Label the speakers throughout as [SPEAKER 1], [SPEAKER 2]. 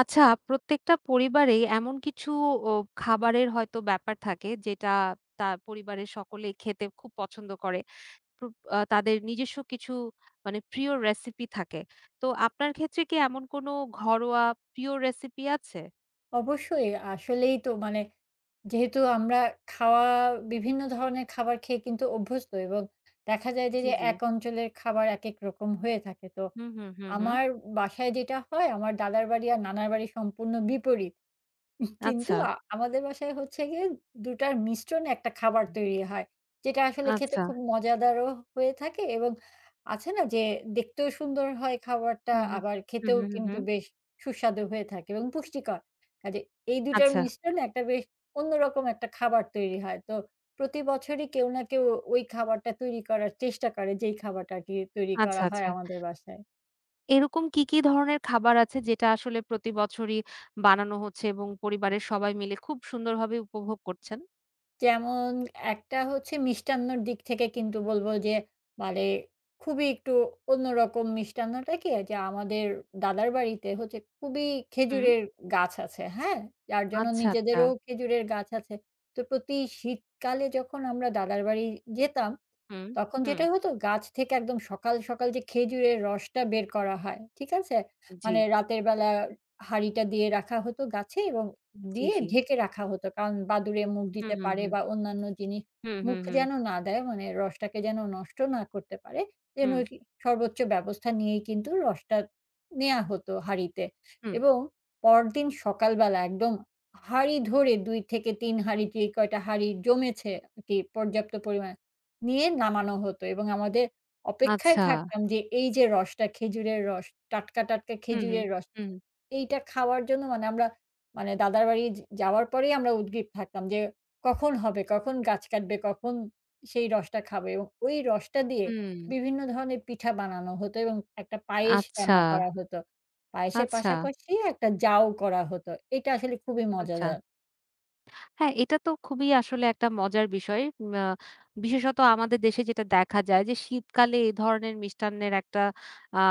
[SPEAKER 1] আচ্ছা, প্রত্যেকটা পরিবারেই এমন কিছু ও খাবারের হয়তো ব্যাপার থাকে যেটা তার পরিবারের সকলে খেতে খুব পছন্দ করে। প্রুপ আ তাদের নিজস্ব কিছু মানে প্রিয় রেসিপি থাকে। তো আপনার ক্ষেত্রে কি এমন কোনো ঘরোয়া প্রিয় রেসিপি আছে?
[SPEAKER 2] অবশ্যই। আসলেই তো মানে যেহেতু আমরা খাওয়া বিভিন্ন ধরনের খাবার খেয়ে কিন্তু অভ্যস্ত এবং দেখা যায় যে,
[SPEAKER 1] জি,
[SPEAKER 2] যে
[SPEAKER 1] জি।
[SPEAKER 2] এক অঞ্চলের খাবার একেক রকম হয়ে থাকে। তো
[SPEAKER 1] হুম, হুম, হুম, হুম।
[SPEAKER 2] আমার বাসায় যেটা হয়, আমার দাদার বাড়ি আর নানার বাড়ি সম্পূর্ণ বিপরীত। কিন্তু
[SPEAKER 1] আচ্ছা,
[SPEAKER 2] আমাদের বাসায় হচ্ছে গিয়ে ২ টার মিশ্রণে একটা খাবার তৈরি হয়। যেটা আসলে খেতে
[SPEAKER 1] আচ্ছা।
[SPEAKER 2] খুব মজাদারও হয়ে থাকে এবং আছে না যে দেখতেও সুন্দর হয় খাবারটা
[SPEAKER 1] হুম, হুম।
[SPEAKER 2] আবার
[SPEAKER 1] হুম,
[SPEAKER 2] খেতেও
[SPEAKER 1] হুম, হুম,
[SPEAKER 2] কিন্তু
[SPEAKER 1] হুম।
[SPEAKER 2] বেশ সুস্বাদু হয়ে থাকে এবং পুষ্টিকর। কাজে এই ২ টার
[SPEAKER 1] আচ্ছা,
[SPEAKER 2] মিশ্রণে একটা বেশ অন্যরকম একটা খাবার তৈরি হয়। তো প্রতি বছরই কেউ না কেউ ওই খাবারটা তৈরি করার চেষ্টা করে যেই খাবারটা আরকি তৈরি করা
[SPEAKER 1] আচ্ছা,
[SPEAKER 2] হয়
[SPEAKER 1] আচ্ছা।
[SPEAKER 2] আমাদের বাসায়।
[SPEAKER 1] এরকম কি ধরনের খাবার আছে যেটা আসলে প্রতি বছরই বানানো হচ্ছে এবং পরিবারের সবাই মিলে খুব সুন্দরভাবে উপভোগ করছেন?
[SPEAKER 2] যেমন একটা হচ্ছে মিষ্টান্নর দিক থেকে কিন্তু বলবো যে মানে খুবই একটু অন্যরকম মিষ্টান্নটা কি যে আমাদের দাদার বাড়িতে হচ্ছে খুবই
[SPEAKER 1] হুম।
[SPEAKER 2] খেজুরের গাছ আছে, হ্যাঁ, যার জন্য
[SPEAKER 1] আচ্ছা, আচ্ছা।
[SPEAKER 2] নিজেদেরও খেজুরের গাছ আছে। তো প্রতি শীতকালে যখন আমরা দাদার বাড়ি যেতাম
[SPEAKER 1] হুম,
[SPEAKER 2] তখন
[SPEAKER 1] হুম।
[SPEAKER 2] যেটা হতো গাছ থেকে একদম সকাল যে খেজুরের রসটা বের করা হয়, ঠিক আছে?
[SPEAKER 1] জি,
[SPEAKER 2] মানে রাতের বেলা হাঁড়িটা দিয়ে রাখা হতো গাছে এবং
[SPEAKER 1] জি,
[SPEAKER 2] দিয়ে
[SPEAKER 1] জি।
[SPEAKER 2] ঢেকে রাখা হতো। কারণ বাদুড়ে মুখ
[SPEAKER 1] হুম,
[SPEAKER 2] দিতে
[SPEAKER 1] হুম,
[SPEAKER 2] পারে
[SPEAKER 1] হুম।
[SPEAKER 2] বা অন্যান্য জিনিস
[SPEAKER 1] হুম,
[SPEAKER 2] মুখ
[SPEAKER 1] হুম, হুম,
[SPEAKER 2] যেন না দেয়, মানে রসটাকে যেন নষ্ট না করতে পারে। যেন
[SPEAKER 1] হুম,
[SPEAKER 2] কি সর্বোচ্চ ব্যবস্থা নিয়েই কিন্তু রসটা নেয়া হতো হাঁড়িতে।
[SPEAKER 1] হুম।
[SPEAKER 2] এবং পরদিন সকালবেলা একদম হাঁড়ি ধরে ২ থেকে ৩ হাঁড়ি যে কয়টা হাঁড়ি জমেছে আরকি পর্যাপ্ত পরিমাণে নিয়ে নামানো হতো এবং আমাদের অপেক্ষায়
[SPEAKER 1] আচ্ছা।
[SPEAKER 2] থাকতাম যে এই যে রসটা খেজুরের রস, টাটকা, টাটকা
[SPEAKER 1] হুম, হুম,
[SPEAKER 2] খেজুরের রস।
[SPEAKER 1] হুম,
[SPEAKER 2] এইটা খাওয়ার জন্য মানে আমরা মানে দাদার বাড়ি যাওয়ার পরেই আমরা উদগ্রীব থাকতাম যে কখন হবে, কখন গাছ কাটবে, কখন সেই রসটা খাবো এবং ওই রসটা দিয়ে
[SPEAKER 1] হুম।
[SPEAKER 2] বিভিন্ন ধরনের পিঠা বানানো হতো এবং একটা পায়েস
[SPEAKER 1] আচ্ছা,
[SPEAKER 2] রান্না করা হতো। পায়েসের
[SPEAKER 1] আচ্ছা,
[SPEAKER 2] পাশাপাশি একটা জাউ করা হতো। এটা আসলে খুবই
[SPEAKER 1] আচ্ছা।
[SPEAKER 2] মজাদার।
[SPEAKER 1] হ্যাঁ, এটা তো খুবই আসলে একটা মজার বিষয়। উম আ বিশেষত আমাদের দেশে যেটা দেখা যায় যে শীতকালে এই ধরনের মিষ্টান্নের একটা আ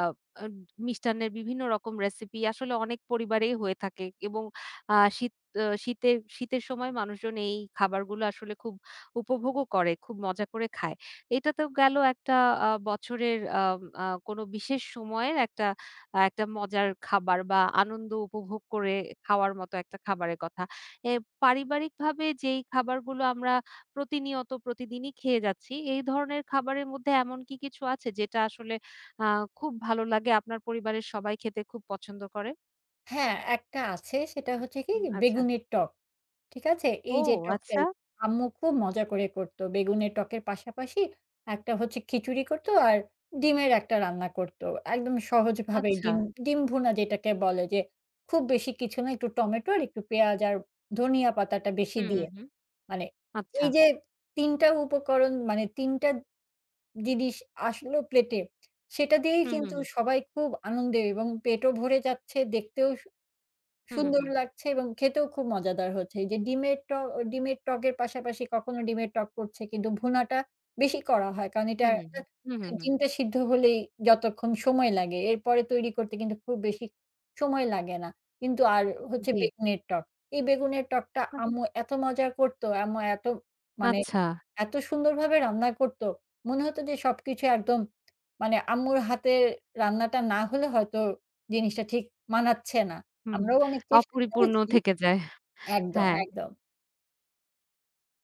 [SPEAKER 1] আ আ মিষ্টান্নের বিভিন্ন রকম রেসিপি আসলে অনেক পরিবারেই হয়ে থাকে এবং আ শীত আ শীতের শীতের সময় মানুষজন এই খাবারগুলো আসলে খুব উপভোগও করে, খুব মজা করে খায়। এটা তো গেল একটা বছরের আম আ কোনো বিশেষ সময়ের একটা মজার খাবার বা আনন্দ উপভোগ করে খাওয়ার মতো একটা খাবারের কথা। এ পারিবারিকভাবে যেই খাবারগুলো আমরা প্রতিনিয়ত প্রতিদিনই খেয়ে যাচ্ছি, এই ধরনের খাবারের মধ্যে এমন কি কিছু আছে যেটা আসলে আ খুব ভালো লাগে, আপনার পরিবারের সবাই খেতে খুব পছন্দ করে?
[SPEAKER 2] হ্যাঁ, একটা আছে সেটা হচ্ছে কি
[SPEAKER 1] হুম, আচ্ছা।
[SPEAKER 2] বেগুনের টক। ঠিক আছে?
[SPEAKER 1] ও
[SPEAKER 2] এই যে টকটাই
[SPEAKER 1] আচ্ছা,
[SPEAKER 2] আম্মু খুব মজা করে করত। বেগুনের টকের পাশাপাশি একটা হচ্ছে খিচুড়ি করত আর ডিমের একটা রান্না করত। একদম সহজভাবে
[SPEAKER 1] আচ্ছা।
[SPEAKER 2] ডিম ডিম ভুনা যেটাকে বলে যে খুব বেশি কিছু না, একটু টমেটো আর একটু পেঁয়াজ আর ধনিয়া পাতাটা বেশি
[SPEAKER 1] হুম,
[SPEAKER 2] দিয়ে।
[SPEAKER 1] হুম, হুম।
[SPEAKER 2] মানে
[SPEAKER 1] আচ্ছা।
[SPEAKER 2] এই যে ৩ টা উপকরণ মানে ৩ টা জিনিস আসলো প্লেটে, সেটা দিয়েই
[SPEAKER 1] হুম, হুম,
[SPEAKER 2] কিন্তু
[SPEAKER 1] হুম।
[SPEAKER 2] সবাই খুব আনন্দে এবং পেটও ভরে যাচ্ছে, দেখতেও
[SPEAKER 1] হুম, হুম,
[SPEAKER 2] সুন্দর
[SPEAKER 1] হুম।
[SPEAKER 2] লাগছে এবং খেতেও খুব মজাদার হচ্ছে। এই যে ডিমের টকের পাশাপাশি কখনো ডিমের টক করছে কিন্তু ভুনাটা বেশি করা হয়। কারণ এটা
[SPEAKER 1] হুম, হুম, হুম। হুম,
[SPEAKER 2] একটা
[SPEAKER 1] হুম, হুম।
[SPEAKER 2] ডিমটা সিদ্ধ হলেই যতক্ষণ সময় লাগে এরপরে তৈরি করতে কিন্তু খুব বেশি সময় লাগে না। কিন্তু আর হচ্ছে
[SPEAKER 1] জি।
[SPEAKER 2] বেগুনের টক। এই বেগুনের টকটা
[SPEAKER 1] আ
[SPEAKER 2] আম্মু এত মজা করত, আম্মু এত মানে
[SPEAKER 1] আচ্ছা।
[SPEAKER 2] এত সুন্দরভাবে রান্না করত। মনে হতো যে সবকিছু একদম মানে আম্মুর হাতের রান্নাটা না হলে হয়তো জিনিসটা ঠিক মানাচ্ছে না। হুম।
[SPEAKER 1] হুম।
[SPEAKER 2] আমরাও অনেক চেষ্টা
[SPEAKER 1] অপরিপূর্ণ
[SPEAKER 2] করেছি।
[SPEAKER 1] থেকে যায়।
[SPEAKER 2] একদম,
[SPEAKER 1] হ্যাঁ।
[SPEAKER 2] একদম।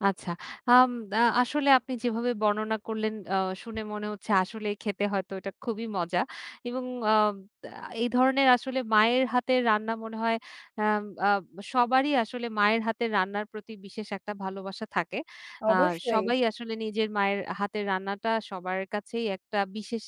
[SPEAKER 1] আচ্ছা। আম আ আসলে আপনি যেভাবে বর্ণনা করলেন শুনে মনে হচ্ছে আসলেই খেতে হয়তো এটা খুবই মজা এবং আম, আ এই ধরনের আসলে মায়ের হাতের রান্না মনে হয় আম আ সবারই আসলে মায়ের হাতের রান্নার প্রতি বিশেষ একটা ভালোবাসা থাকে। আ
[SPEAKER 2] অবশ্যই।
[SPEAKER 1] সবাই আসলে নিজের মায়ের হাতের রান্নাটা সবার কাছেই একটা বিশেষ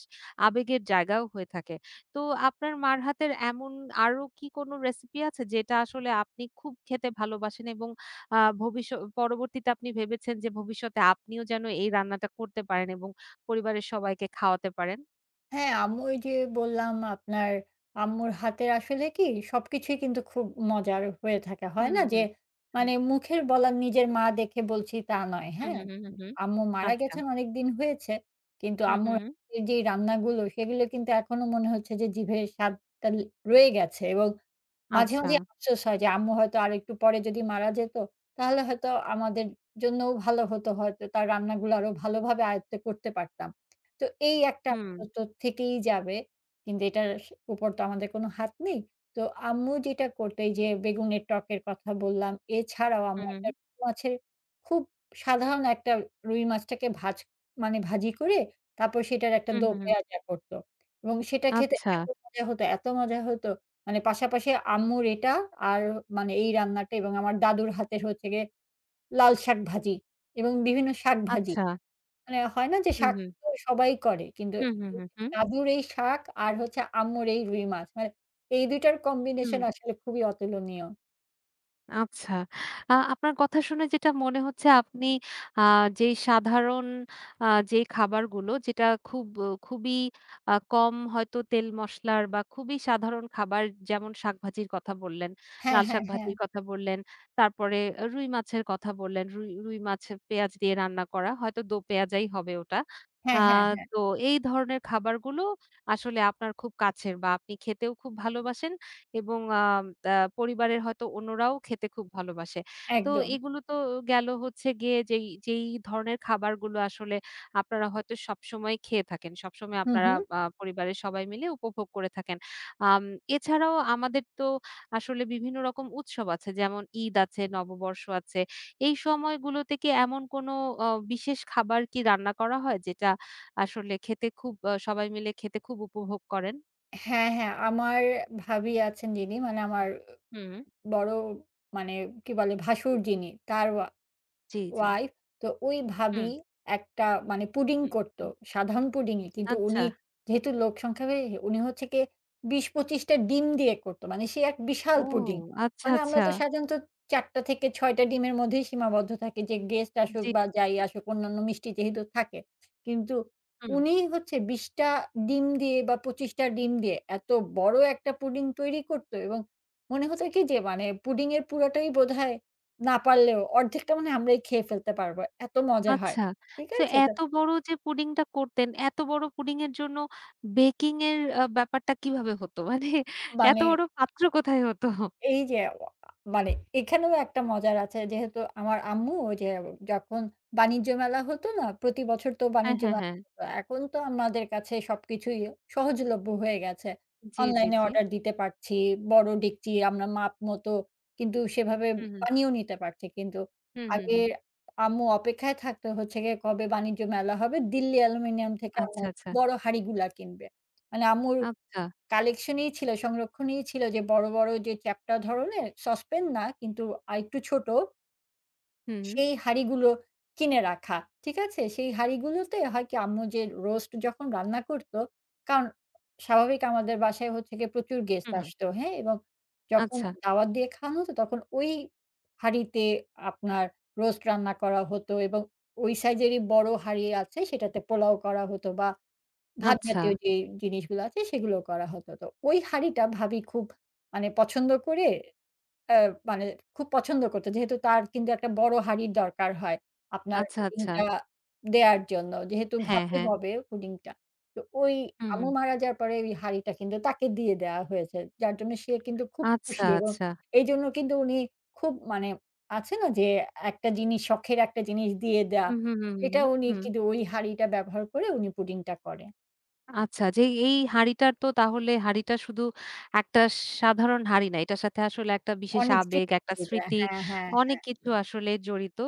[SPEAKER 1] আবেগের জায়গাও হয়ে থাকে। তো আপনার মার হাতের এমন আরো কি কোনো রেসিপি আছে যেটা আসলে আপনি খুব খেতে ভালোবাসেন এবং আ ভবিষ্য পরবর্তীতে আপনি ভেবেছেন যে ভবিষ্যতে আপনিও যেন এই রান্নাটা করতে পারেন এবং পরিবারের সবাইকে খাওয়াতে পারেন?
[SPEAKER 2] হ্যাঁ, আম্মু ওই যে বললাম আপনার আম্মুর হাতের আসলে কি সবকিছুই কিন্তু খুব মজার হয়ে থাকে। হয়
[SPEAKER 1] হুম,
[SPEAKER 2] না
[SPEAKER 1] হুম,
[SPEAKER 2] যে
[SPEAKER 1] হুম। হুম,
[SPEAKER 2] মানে মুখের বলা নিজের মা দেখে বলছি তা নয়।
[SPEAKER 1] হুম,
[SPEAKER 2] হ্যাঁ?
[SPEAKER 1] হুম, হুম, হুম। হুম।
[SPEAKER 2] আম্মু মারা
[SPEAKER 1] আচ্ছা।
[SPEAKER 2] গেছেন অনেকদিন হয়েছে। কিন্তু
[SPEAKER 1] হুম,
[SPEAKER 2] আম্মুর
[SPEAKER 1] হুম, হুম।
[SPEAKER 2] হাতের যেই রান্নাগুলো সেগুলো কিন্তু এখনো মনে হচ্ছে যে জিভের স্বাদটা রয়ে গেছে এবং মাঝে,
[SPEAKER 1] আচ্ছা।
[SPEAKER 2] মাঝে আফসোস হয় যে আম্মু হয়তো আরেকটু পরে যদি মারা যেত তাহলে হয়তো আমাদের জন্যও ভালো হতো। হয়তো তার রান্নাগুলো আরো ভালোভাবে আয়ত্ত করতে পারতাম। তো এই একটা
[SPEAKER 1] হুম,
[SPEAKER 2] তো থেকেই যাবে। কিন্তু এটার উপর তো আমাদের কোনো হাত নেই। তো আম্মু যেটা করতো এই যে বেগুনের টকের কথা বললাম। এছাড়াও আম্মু
[SPEAKER 1] হুম, হুম,
[SPEAKER 2] একটা রুই মাছের খুব সাধারণ একটা রুই মাছটাকে মানে ভাজি করে তারপর সেটার একটা
[SPEAKER 1] হুম,
[SPEAKER 2] দো
[SPEAKER 1] হুম, হুম।
[SPEAKER 2] পেঁয়াজা করত। এবং সেটা খেতে
[SPEAKER 1] আচ্ছা,
[SPEAKER 2] এত মজা হতো, এত মজা হতো। মানে পাশাপাশি আম্মুর এটা আর মানে এই রান্নাটা এবং আমার দাদুর হাতের হচ্ছে গিয়ে লাল শাক ভাজি এবং বিভিন্ন শাক ভাজি।
[SPEAKER 1] আচ্ছা।
[SPEAKER 2] মানে হয় না যে
[SPEAKER 1] হুম,
[SPEAKER 2] শাক
[SPEAKER 1] হুম।
[SPEAKER 2] তো সবাই করে। কিন্তু
[SPEAKER 1] হুম, হুম, হুম, হুম,
[SPEAKER 2] দাদুর এই শাক আর হচ্ছে আম্মুর এই রুই মাছ। মানে এই ২ টার
[SPEAKER 1] হুম।
[SPEAKER 2] কম্বিনেশন আসলে খুবই অতুলনীয়।
[SPEAKER 1] আচ্ছা। আপনার কথা শুনে যেটা মনে হচ্ছে আপনি আ যেই সাধারণ যেই খাবারগুলো যেটা খুবই কম হয়তো তেল মসলার বা খুবই সাধারণ খাবার যেমন শাকভাজির কথা বললেন,
[SPEAKER 2] হ্যাঁ,
[SPEAKER 1] লাল
[SPEAKER 2] হ্যাঁ, হ্যাঁ।
[SPEAKER 1] শাকভাজির কথা বললেন, তারপরে রুই মাছের কথা বললেন। রুই রুই মাছ পেঁয়াজ দিয়ে রান্না করা। হয়তো দো পেঁয়াজাই হবে ওটা। আ
[SPEAKER 2] হ্যাঁ, হ্যাঁ, হ্যাঁ।
[SPEAKER 1] তো এই ধরনের খাবারগুলো আসলে আপনার খুব কাছের বা আপনি খেতেও খুব ভালোবাসেন এবং আম আ পরিবারের হয়তো অন্যরাও খেতে খুব ভালোবাসে। তো
[SPEAKER 2] একদম।
[SPEAKER 1] এগুলো তো গেল হচ্ছে গিয়ে যেই ধরনের খাবারগুলো আসলে আপনারা হয়তো সবসময় খেয়ে থাকেন। সবসময়
[SPEAKER 2] হুম,
[SPEAKER 1] আপনারা
[SPEAKER 2] হুম।
[SPEAKER 1] পরিবারের সবাই মিলে উপভোগ করে থাকেন। আম এছাড়াও আমাদের তো আসলে বিভিন্ন রকম উৎসব আছে। যেমন ঈদ আছে, নববর্ষ আছে। এই সময়গুলোতে কি এমন কোনো বিশেষ খাবার কি রান্না করা হয় যেটা আসলে খেতে খুব সবাই মিলে খেতে খুব উপভোগ করেন?
[SPEAKER 2] হ্যাঁ, হ্যাঁ। আমার ভাবি আছেন যিনি মানে আমার
[SPEAKER 1] হুম।
[SPEAKER 2] বড় মানে কি বলে ভাসুর যিনি তার
[SPEAKER 1] জি, জি।
[SPEAKER 2] ওয়াইফ, তো ওই ভাবী
[SPEAKER 1] হুম।
[SPEAKER 2] একটা মানে পুডিং
[SPEAKER 1] হুম,
[SPEAKER 2] করত।
[SPEAKER 1] হুম,
[SPEAKER 2] সাধারণ পুডিংই। কিন্তু
[SPEAKER 1] আচ্ছা।
[SPEAKER 2] উনি যেহেতু লোক সংখ্যা বেড়ে উনি হচ্ছে গিয়ে ২০-২৫ টা ডিম দিয়ে করত। মানে সে এক বিশাল
[SPEAKER 1] ও
[SPEAKER 2] পুডিং।
[SPEAKER 1] আচ্ছা,
[SPEAKER 2] মানে আমরা
[SPEAKER 1] আচ্ছা।
[SPEAKER 2] তো সাধারণত ৪ টা থেকে ৬ টা ডিমের মধ্যেই সীমাবদ্ধ থাকি যে গেস্ট আসুক
[SPEAKER 1] জি।
[SPEAKER 2] বা যাই আসুক অন্যান্য মিষ্টি যেহেতু থাকে। কিন্তু
[SPEAKER 1] হুম,
[SPEAKER 2] উনি হচ্ছে ২০ টা ডিম দিয়ে বা ২৫ টা ডিম দিয়ে এত বড় একটা পুডিং তৈরি করত এবং মনে হতো কি যে মানে পুডিং এর পুরাটাই বোধহয় না পারলেও অর্ধেকটা মনে হয় আমরাই খেয়ে ফেলতে পারব। এত মজা হয়।
[SPEAKER 1] আচ্ছা।
[SPEAKER 2] ঠিক
[SPEAKER 1] তো
[SPEAKER 2] আছে? তো
[SPEAKER 1] এত বড় যে পুডিংটা করতেন, এত বড় পুডিং এর জন্য বেকিং এর ব্যাপারটা কিভাবে হতো? মানে এত
[SPEAKER 2] মানে
[SPEAKER 1] বড় পাত্র কোথায় হতো?
[SPEAKER 2] এই যে অ মানে এখানেও একটা মজার আছে। যেহেতু আমার আম্মু ওই যে যখন বাণিজ্য মেলা হতো না, প্রতি বছর তো
[SPEAKER 1] হ্যাঁ,
[SPEAKER 2] বাণিজ্য
[SPEAKER 1] হ্যাঁ,
[SPEAKER 2] মেলা
[SPEAKER 1] হ্যাঁ।
[SPEAKER 2] হতো। এখন তো আমাদের কাছে সবকিছুই সহজলভ্য হয়ে গেছে।
[SPEAKER 1] জি, জি,
[SPEAKER 2] অনলাইনে
[SPEAKER 1] জি।
[SPEAKER 2] অর্ডার দিতে পারছি। বড় ডেকচি আমরা মাপ মতো কিন্তু সেভাবে
[SPEAKER 1] হুম, হুম।
[SPEAKER 2] বানিয়েও নিতে পারছি। কিন্তু
[SPEAKER 1] হুম, হুম,
[SPEAKER 2] আগে
[SPEAKER 1] হুম।
[SPEAKER 2] আম্মু অপেক্ষায় থাকতো হচ্ছে গিয়ে কবে বাণিজ্য মেলা হবে। দিল্লি অ্যালুমিনিয়াম থেকে আম্মু
[SPEAKER 1] আচ্ছা, আচ্ছা।
[SPEAKER 2] বড় হাঁড়িগুলা কিনবে। মানে আম্মুর
[SPEAKER 1] আচ্ছা।
[SPEAKER 2] কালেকশনই ছিল, সংরক্ষণই ছিল যে বড় বড় যে চ্যাপ্টা ধরনের সসপ্যান না কিন্তু আরেকটু ছোট
[SPEAKER 1] হুম, হুম।
[SPEAKER 2] সেই হাঁড়িগুলো কিনে রাখা। ঠিক আছে? সেই হাঁড়িগুলোতে হয় কি আম্মু যে রোস্ট যখন রান্না করত, কারণ স্বাভাবিক আমাদের বাসায় হচ্ছে গিয়ে প্রচুর গেস্ট
[SPEAKER 1] হুম, হুম।
[SPEAKER 2] আসতো, হ্যাঁ? এবং যখন
[SPEAKER 1] আচ্ছা,
[SPEAKER 2] দাওয়াত দিয়ে খাওয়ানো হতো তখন ওই হাঁড়িতে আপনার রোস্ট রান্না করা হতো এবং ওই সাইজেরই বড় হাঁড়ি আছে সেটাতে পোলাও করা হতো বা ভাত
[SPEAKER 1] আচ্ছা।
[SPEAKER 2] জাতীয় যে জিনিসগুলো আছে সেগুলো করা হতো। তো ওই হাঁড়িটা ভাবি খুব মানে পছন্দ করে আ মানে খুব পছন্দ করত। যেহেতু তার কিন্তু একটা বড় হাঁড়ির দরকার হয় আপনার
[SPEAKER 1] আচ্ছা, আচ্ছা।
[SPEAKER 2] পুডিংটা দেয়ার জন্য। যেহেতু
[SPEAKER 1] হ্যাঁ,
[SPEAKER 2] ভাপে
[SPEAKER 1] হ্যাঁ।
[SPEAKER 2] হবে পুডিংটা। তো ওই
[SPEAKER 1] হুম,
[SPEAKER 2] আম্মু
[SPEAKER 1] হুম।
[SPEAKER 2] মারা যাওয়ার পরে ওই হাঁড়িটা কিন্তু তাকে দিয়ে দেওয়া হয়েছে। যার জন্য সে কিন্তু খুব
[SPEAKER 1] আচ্ছা,
[SPEAKER 2] খুশি। এবং
[SPEAKER 1] আচ্ছা।
[SPEAKER 2] এইজন্য কিন্তু উনি খুব মানে আছে না যে একটা জিনিস শখের একটা জিনিস দিয়ে দেয়া।
[SPEAKER 1] হুম, হুম, হুম, হুম,
[SPEAKER 2] এটা
[SPEAKER 1] হুম।
[SPEAKER 2] উনি
[SPEAKER 1] হুম।
[SPEAKER 2] কিন্তু ওই হাঁড়িটা ব্যবহার করে উনি পুডিংটা করে।
[SPEAKER 1] আচ্ছা, যে এই হাঁড়িটার তো তাহলে হাঁড়িটা শুধু একটা সাধারণ হাঁড়ি না। এটার সাথে আসলে একটা বিশেষ
[SPEAKER 2] অনেক
[SPEAKER 1] আবেগ,
[SPEAKER 2] স্ট্রিক্ট
[SPEAKER 1] একটা
[SPEAKER 2] এটা,
[SPEAKER 1] স্মৃতি
[SPEAKER 2] হ্যাঁ, হ্যাঁ,
[SPEAKER 1] অনেক
[SPEAKER 2] হ্যাঁ।
[SPEAKER 1] কিছু আসলে জড়িত।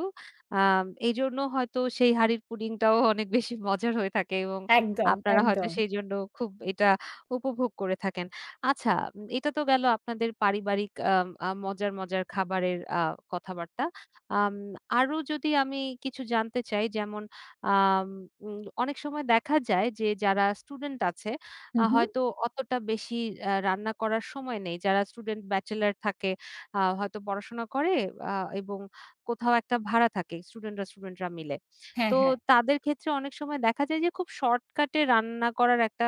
[SPEAKER 1] এইজন্য হয়তো সেই হাঁড়ির পুডিংটাও অনেক বেশি মজার হয়ে থাকে এবং
[SPEAKER 2] একদম,
[SPEAKER 1] আপনারা হয়তো
[SPEAKER 2] একদম।
[SPEAKER 1] সেইজন্য খুব এটা উপভোগ করে থাকেন। আচ্ছা, এটা তো গেল আপনাদের পারিবারিক আম আ মজার, মজার খাবারের কথাবার্তা। আম আরো যদি আমি কিছু জানতে চাই যেমন আম উম অনেক সময় দেখা যায় যে যারা স্টুডেন্ট আছে
[SPEAKER 2] হু, হু।
[SPEAKER 1] হয়তো অতটা বেশি রান্না করার সময় নেই। যারা স্টুডেন্ট ব্যাচেলর থাকে হয়তো পড়াশোনা করে আ এবং কোথাও একটা ভাড়া থাকে স্টুডেন্টরা স্টুডেন্টরা মিলে।
[SPEAKER 2] হ্যাঁ,
[SPEAKER 1] তো
[SPEAKER 2] হ্যাঁ।
[SPEAKER 1] তাদের ক্ষেত্রে অনেক সময় দেখা যায় যে খুব শর্টকাটে রান্না করার একটা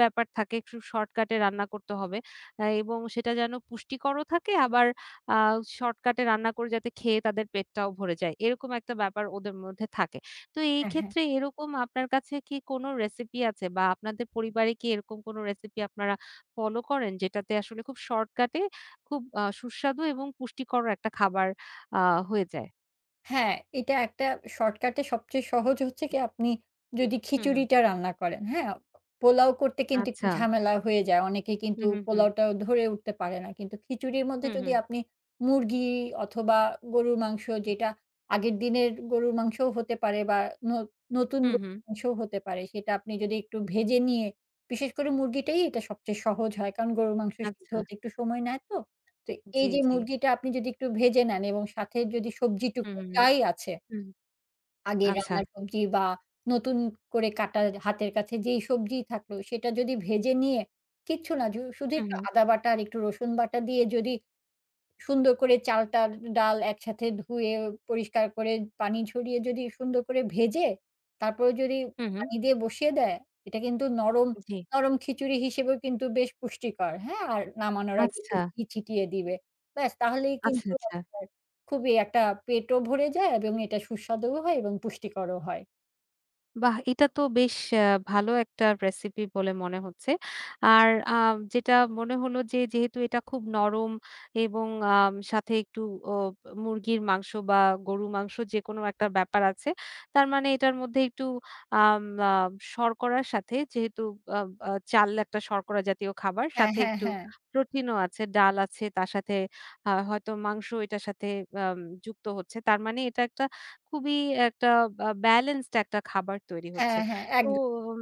[SPEAKER 1] ব্যাপার থাকে। খুব শর্টকাটে রান্না করতে হবে। এবং সেটা যেন পুষ্টিকরও থাকে আবার আ শর্টকাটে রান্না করে যাতে খেয়ে তাদের পেটটাও ভরে যায়। এরকম একটা ব্যাপার ওদের মধ্যে থাকে। তো এই
[SPEAKER 2] হ্যাঁ, হ্যাঁ।
[SPEAKER 1] ক্ষেত্রে এরকম আপনার কাছে কি কোনো রেসিপি আছে বা আপনাদের পরিবারে কি এরকম কোনো রেসিপি আপনারা ফলো করেন যেটাতে আসলে খুব শর্টকাটে খুব সুস্বাদু এবং পুষ্টিকর একটা খাবার আ হয়ে যায়?
[SPEAKER 2] হ্যাঁ, এটা একটা শর্টকাটে সবচেয়ে সহজ হচ্ছে কি আপনি যদি
[SPEAKER 1] হুম, হুম।
[SPEAKER 2] খিচুড়িটা রান্না করেন, হ্যাঁ? পোলাও করতে কিন্তু একটু
[SPEAKER 1] আচ্ছা।
[SPEAKER 2] ঝামেলা হয়ে যায়। অনেকে কিন্তু
[SPEAKER 1] হুম, হুম, হুম।
[SPEAKER 2] পোলাওটা ধরে উঠতে পারে না। কিন্তু খিচুড়ির মধ্যে
[SPEAKER 1] হুম,
[SPEAKER 2] যদি
[SPEAKER 1] হুম।
[SPEAKER 2] আপনি মুরগি অথবা গরুর মাংস যেটা আগের দিনের গরুর মাংসও হতে পারে বা ন নতুন
[SPEAKER 1] হুম,
[SPEAKER 2] গরুর
[SPEAKER 1] হুম।
[SPEAKER 2] মাংসও হতে পারে। সেটা আপনি যদি একটু ভেজে নিয়ে বিশেষ করে মুরগিটাই এটা সবচেয়ে সহজ হয়। কারণ গরুর মাংস সিদ্ধ
[SPEAKER 1] আচ্ছা।
[SPEAKER 2] হতে একটু সময় নেয় তো। তো এই
[SPEAKER 1] জি,
[SPEAKER 2] যে
[SPEAKER 1] জি।
[SPEAKER 2] মুরগিটা আপনি যদি একটু ভেজে নেন এবং সাথে যদি
[SPEAKER 1] হুম,
[SPEAKER 2] সবজিটুকু
[SPEAKER 1] হুম, হুম।
[SPEAKER 2] যাই আছে,
[SPEAKER 1] হুম।
[SPEAKER 2] আগের
[SPEAKER 1] আচ্ছা।
[SPEAKER 2] রান্নার সবজি বা নতুন করে কাটা হাতের কাছে যেই সবজিই থাকলো সেটা যদি ভেজে নিয়ে কিচ্ছু না, জু শুধু
[SPEAKER 1] হুম,
[SPEAKER 2] একটু
[SPEAKER 1] হুম।
[SPEAKER 2] আদা বাটা আর একটু রসুন বাটা দিয়ে যদি সুন্দর করে চালটা ডাল একসাথে ধুয়ে পরিষ্কার করে পানি ঝরিয়ে যদি সুন্দর করে ভেজে তারপরে যদি
[SPEAKER 1] হুম, হুম।
[SPEAKER 2] পানি দিয়ে বসিয়ে দেয়, এটা কিন্তু নরম,
[SPEAKER 1] জি।
[SPEAKER 2] নরম খিচুড়ি হিসেবেও কিন্তু বেশ পুষ্টিকর, হ্যাঁ? আর নামানোর আগে একটু
[SPEAKER 1] আচ্ছা।
[SPEAKER 2] ঘি ছিটিয়ে দিবে। ব্যাস তাহলেই
[SPEAKER 1] আচ্ছা,
[SPEAKER 2] কিন্তু
[SPEAKER 1] আচ্ছা।
[SPEAKER 2] আপনার খুবই একটা পেটও ভরে যায় এবং এটা সুস্বাদুও হয় এবং পুষ্টিকরও হয়।
[SPEAKER 1] বাহ! এটা তো বেশ আ ভালো একটা রেসিপি বলে মনে হচ্ছে। আর যেটা মনে হলো যে যেহেতু এটা খুব নরম এবং সাথে একটু ও মুরগির মাংস বা গরুর মাংস যেকোনো একটা ব্যাপার আছে। তার মানে এটার মধ্যে একটু আম আ শর্করার সাথে যেহেতু আ আ চাল একটা শর্করা জাতীয় খাবার
[SPEAKER 2] হ্যাঁ,
[SPEAKER 1] সাথে
[SPEAKER 2] হ্যাঁ,
[SPEAKER 1] একটু
[SPEAKER 2] হ্যাঁ।
[SPEAKER 1] প্রোটিনও আছে, ডাল আছে, তার সাথে হয়তো মাংস এটার সাথে আম যুক্ত হচ্ছে। তার মানে এটা একটা খুবই একটা বা ব্যালেন্সড একটা খাবার তৈরি হচ্ছে।
[SPEAKER 2] হ্যাঁ, হ্যাঁ,
[SPEAKER 1] তো
[SPEAKER 2] একদম।
[SPEAKER 1] উম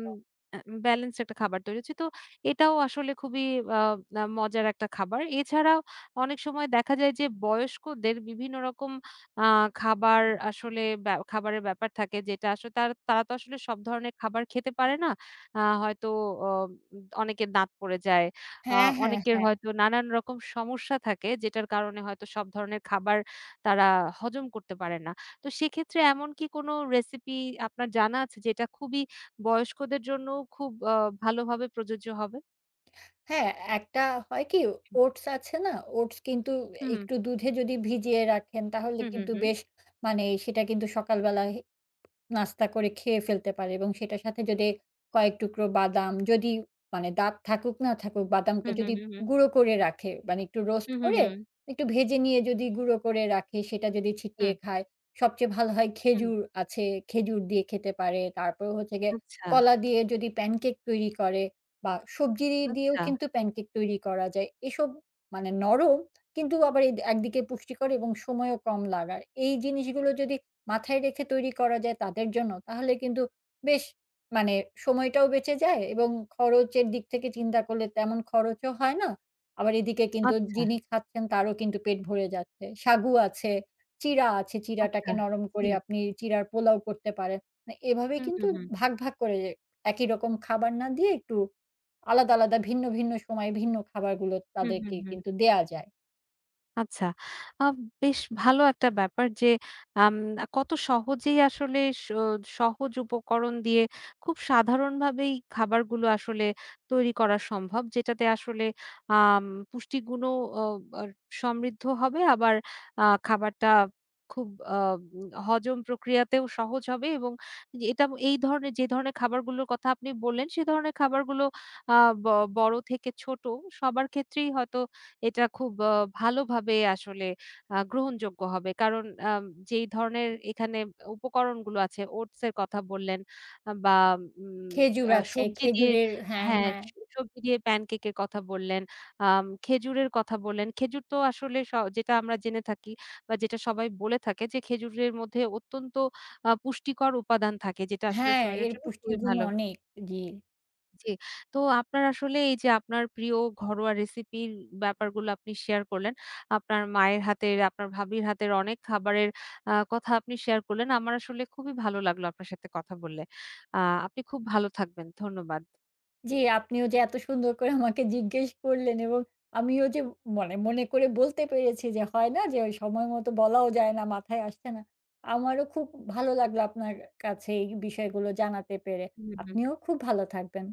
[SPEAKER 1] আ ব্যালেন্সড একটা খাবার তৈরি হচ্ছে। তো এটাও আসলে খুবই আ আ মজার একটা খাবার। এছাড়াও অনেক সময় দেখা যায় যে বয়স্কদের বিভিন্ন রকম আ খাবার আসলে খাবারের ব্যাপার থাকে যেটা আসলে তারা তো আসলে সব ধরনের খাবার খেতে পারে না। হয়তো অ অনেকের দাঁত পড়ে যায়। আ
[SPEAKER 2] হ্যাঁ, হ্যাঁ,
[SPEAKER 1] অনেকের
[SPEAKER 2] হ্যাঁ।
[SPEAKER 1] হয়তো নানান রকম সমস্যা থাকে যেটার কারণে হয়তো সব ধরনের খাবার তারা হজম করতে পারে না। তো সেক্ষেত্রে এমন কি কোনো রেসিপি আপনার জানা আছে যেটা খুবই বয়স্কদের জন্য খুব ভালোভাবে প্রযোজ্য হবে?
[SPEAKER 2] হ্যাঁ, একটা হয় কি ওটস আছে না? ওটস কিন্তু
[SPEAKER 1] হুম, হুম,
[SPEAKER 2] একটু দুধে যদি ভিজিয়ে রাখেন তাহলে
[SPEAKER 1] হুম, হুম,
[SPEAKER 2] কিন্তু বেশ মানে সেটা কিন্তু সকালবেলা নাস্তা করে খেয়ে ফেলতে পারে এবং সেটার সাথে যদি কয়েক টুকরো বাদাম যদি মানে দাঁত থাকুক না থাকুক বাদামটা
[SPEAKER 1] হুম, হুম,
[SPEAKER 2] যদি
[SPEAKER 1] হুম, হুম,
[SPEAKER 2] গুঁড়ো করে রাখে মানে একটু রোস্ট
[SPEAKER 1] হুম, হুম,
[SPEAKER 2] করে একটু ভেজে নিয়ে যদি গুঁড়ো করে রাখে সেটা যদি ছিটিয়ে
[SPEAKER 1] হুম,
[SPEAKER 2] খায় সবচেয়ে ভালো হয়।
[SPEAKER 1] হুম।
[SPEAKER 2] খেজুর আছে, খেজুর দিয়ে খেতে পারে। তারপর হচ্ছে গিয়ে
[SPEAKER 1] আচ্ছা,
[SPEAKER 2] কলা দিয়ে যদি প্যানকেক তৈরি করে বা সবজি দিয়েও
[SPEAKER 1] আচ্ছা,
[SPEAKER 2] কিন্তু প্যানকেক তৈরি করা যায় এসব মানে নরম কিন্তু আবার এই একদিকে পুষ্টিকর এবং সময়ও কম লাগার এই জিনিসগুলো যদি মাথায় রেখে তৈরি করা যায় তাদের জন্য, তাহলে কিন্তু বেশ মানে সময়টাও বেঁচে যায় এবং খরচের দিক থেকে চিন্তা করলে তেমন খরচও হয় না। আবার এদিকে কিন্তু
[SPEAKER 1] আচ্ছা,
[SPEAKER 2] যিনি খাচ্ছেন তারও কিন্তু পেট ভরে যাচ্ছে। সাগু আছে, চিড়া আছে, চিড়াটাকে
[SPEAKER 1] আচ্ছা।
[SPEAKER 2] নরম করে
[SPEAKER 1] জি।
[SPEAKER 2] আপনি চিড়ার পোলাও করতে পারেন। না এভাবে
[SPEAKER 1] হুম,
[SPEAKER 2] কিন্তু
[SPEAKER 1] হুম, হুম,
[SPEAKER 2] ভাগ ভাগ করে একই রকম খাবার না দিয়ে একটু আলাদা আলাদা ভিন্ন ভিন্ন সময়ে ভিন্ন খাবারগুলো
[SPEAKER 1] হুম, হুম,
[SPEAKER 2] তাদেরকে
[SPEAKER 1] হুম।
[SPEAKER 2] কিন্তু দেয়া যায়।
[SPEAKER 1] আচ্ছা। আ বেশ ভালো একটা ব্যাপার যে আম কত সহজেই আসলে সহজ উপকরণ দিয়ে খুব সাধারণভাবেই খাবারগুলো আসলে তৈরি করা সম্ভব। যেটাতে আসলে আম পুষ্টিগুণও অ আর সমৃদ্ধ হবে। আবার খাবারটা খুব আ হজম প্রক্রিয়াতেও সহজ হবে এবং এটা এই ধরনের যে ধরনের খাবারগুলোর কথা আপনি বললেন, সে ধরনের খাবারগুলো আ ব বড় থেকে ছোট সবার ক্ষেত্রেই হয়তো এটা খুব ভালোভাবে আসলে গ্রহণযোগ্য হবে। কারণ যেই ধরনের এখানে উপকরণগুলো আছে ওটস এর কথা বললেন বা উম
[SPEAKER 2] খেজুর
[SPEAKER 1] আ
[SPEAKER 2] আছে,
[SPEAKER 1] সবজি দিয়ে
[SPEAKER 2] খেজুরের হ্যাঁ,
[SPEAKER 1] হ্যাঁ,
[SPEAKER 2] হ্যাঁ।
[SPEAKER 1] স সবজি দিয়ে প্যানকেক এর কথা বললেন, খেজুরের কথা বললেন। খেজুর তো আসলে যেটা আমরা জেনে থাকি বা যেটা সবাই বলে থাকে যে খেজুরের মধ্যে অত্যন্ত পুষ্টিকর উপাদান থাকে যেটা আসলে
[SPEAKER 2] হ্যাঁ,
[SPEAKER 1] শরীরের
[SPEAKER 2] এর
[SPEAKER 1] জন্য খুবই
[SPEAKER 2] পুষ্টিগুণ
[SPEAKER 1] ভালো।
[SPEAKER 2] অনেক। জি।
[SPEAKER 1] জি। তো আপনার আসলে এই যে আপনার প্রিয় ঘরোয়া রেসিপির ব্যাপারগুলো আপনি শেয়ার করলেন। আপনার মায়ের হাতের, আপনার ভাবির হাতের অনেক খাবারের কথা আপনি শেয়ার করলেন। আমার আসলে খুবই ভালো লাগলো আপনার সাথে কথা বললে। আ আপনি খুব ভালো থাকবেন। ধন্যবাদ।
[SPEAKER 2] জি, আপনিও যে এত সুন্দর করে আমাকে জিজ্ঞেস করলেন এবং আমিও যে মানে মনে করে বলতে পেরেছি যে হয় না যে ওই সময় মতো বলাও যায় না, মাথায় আসছে না। আমারও খুব ভালো লাগলো আপনার কাছে এই বিষয়গুলো জানাতে পেরে।
[SPEAKER 1] হুম। হুম।
[SPEAKER 2] আপনিও খুব ভালো থাকবেন।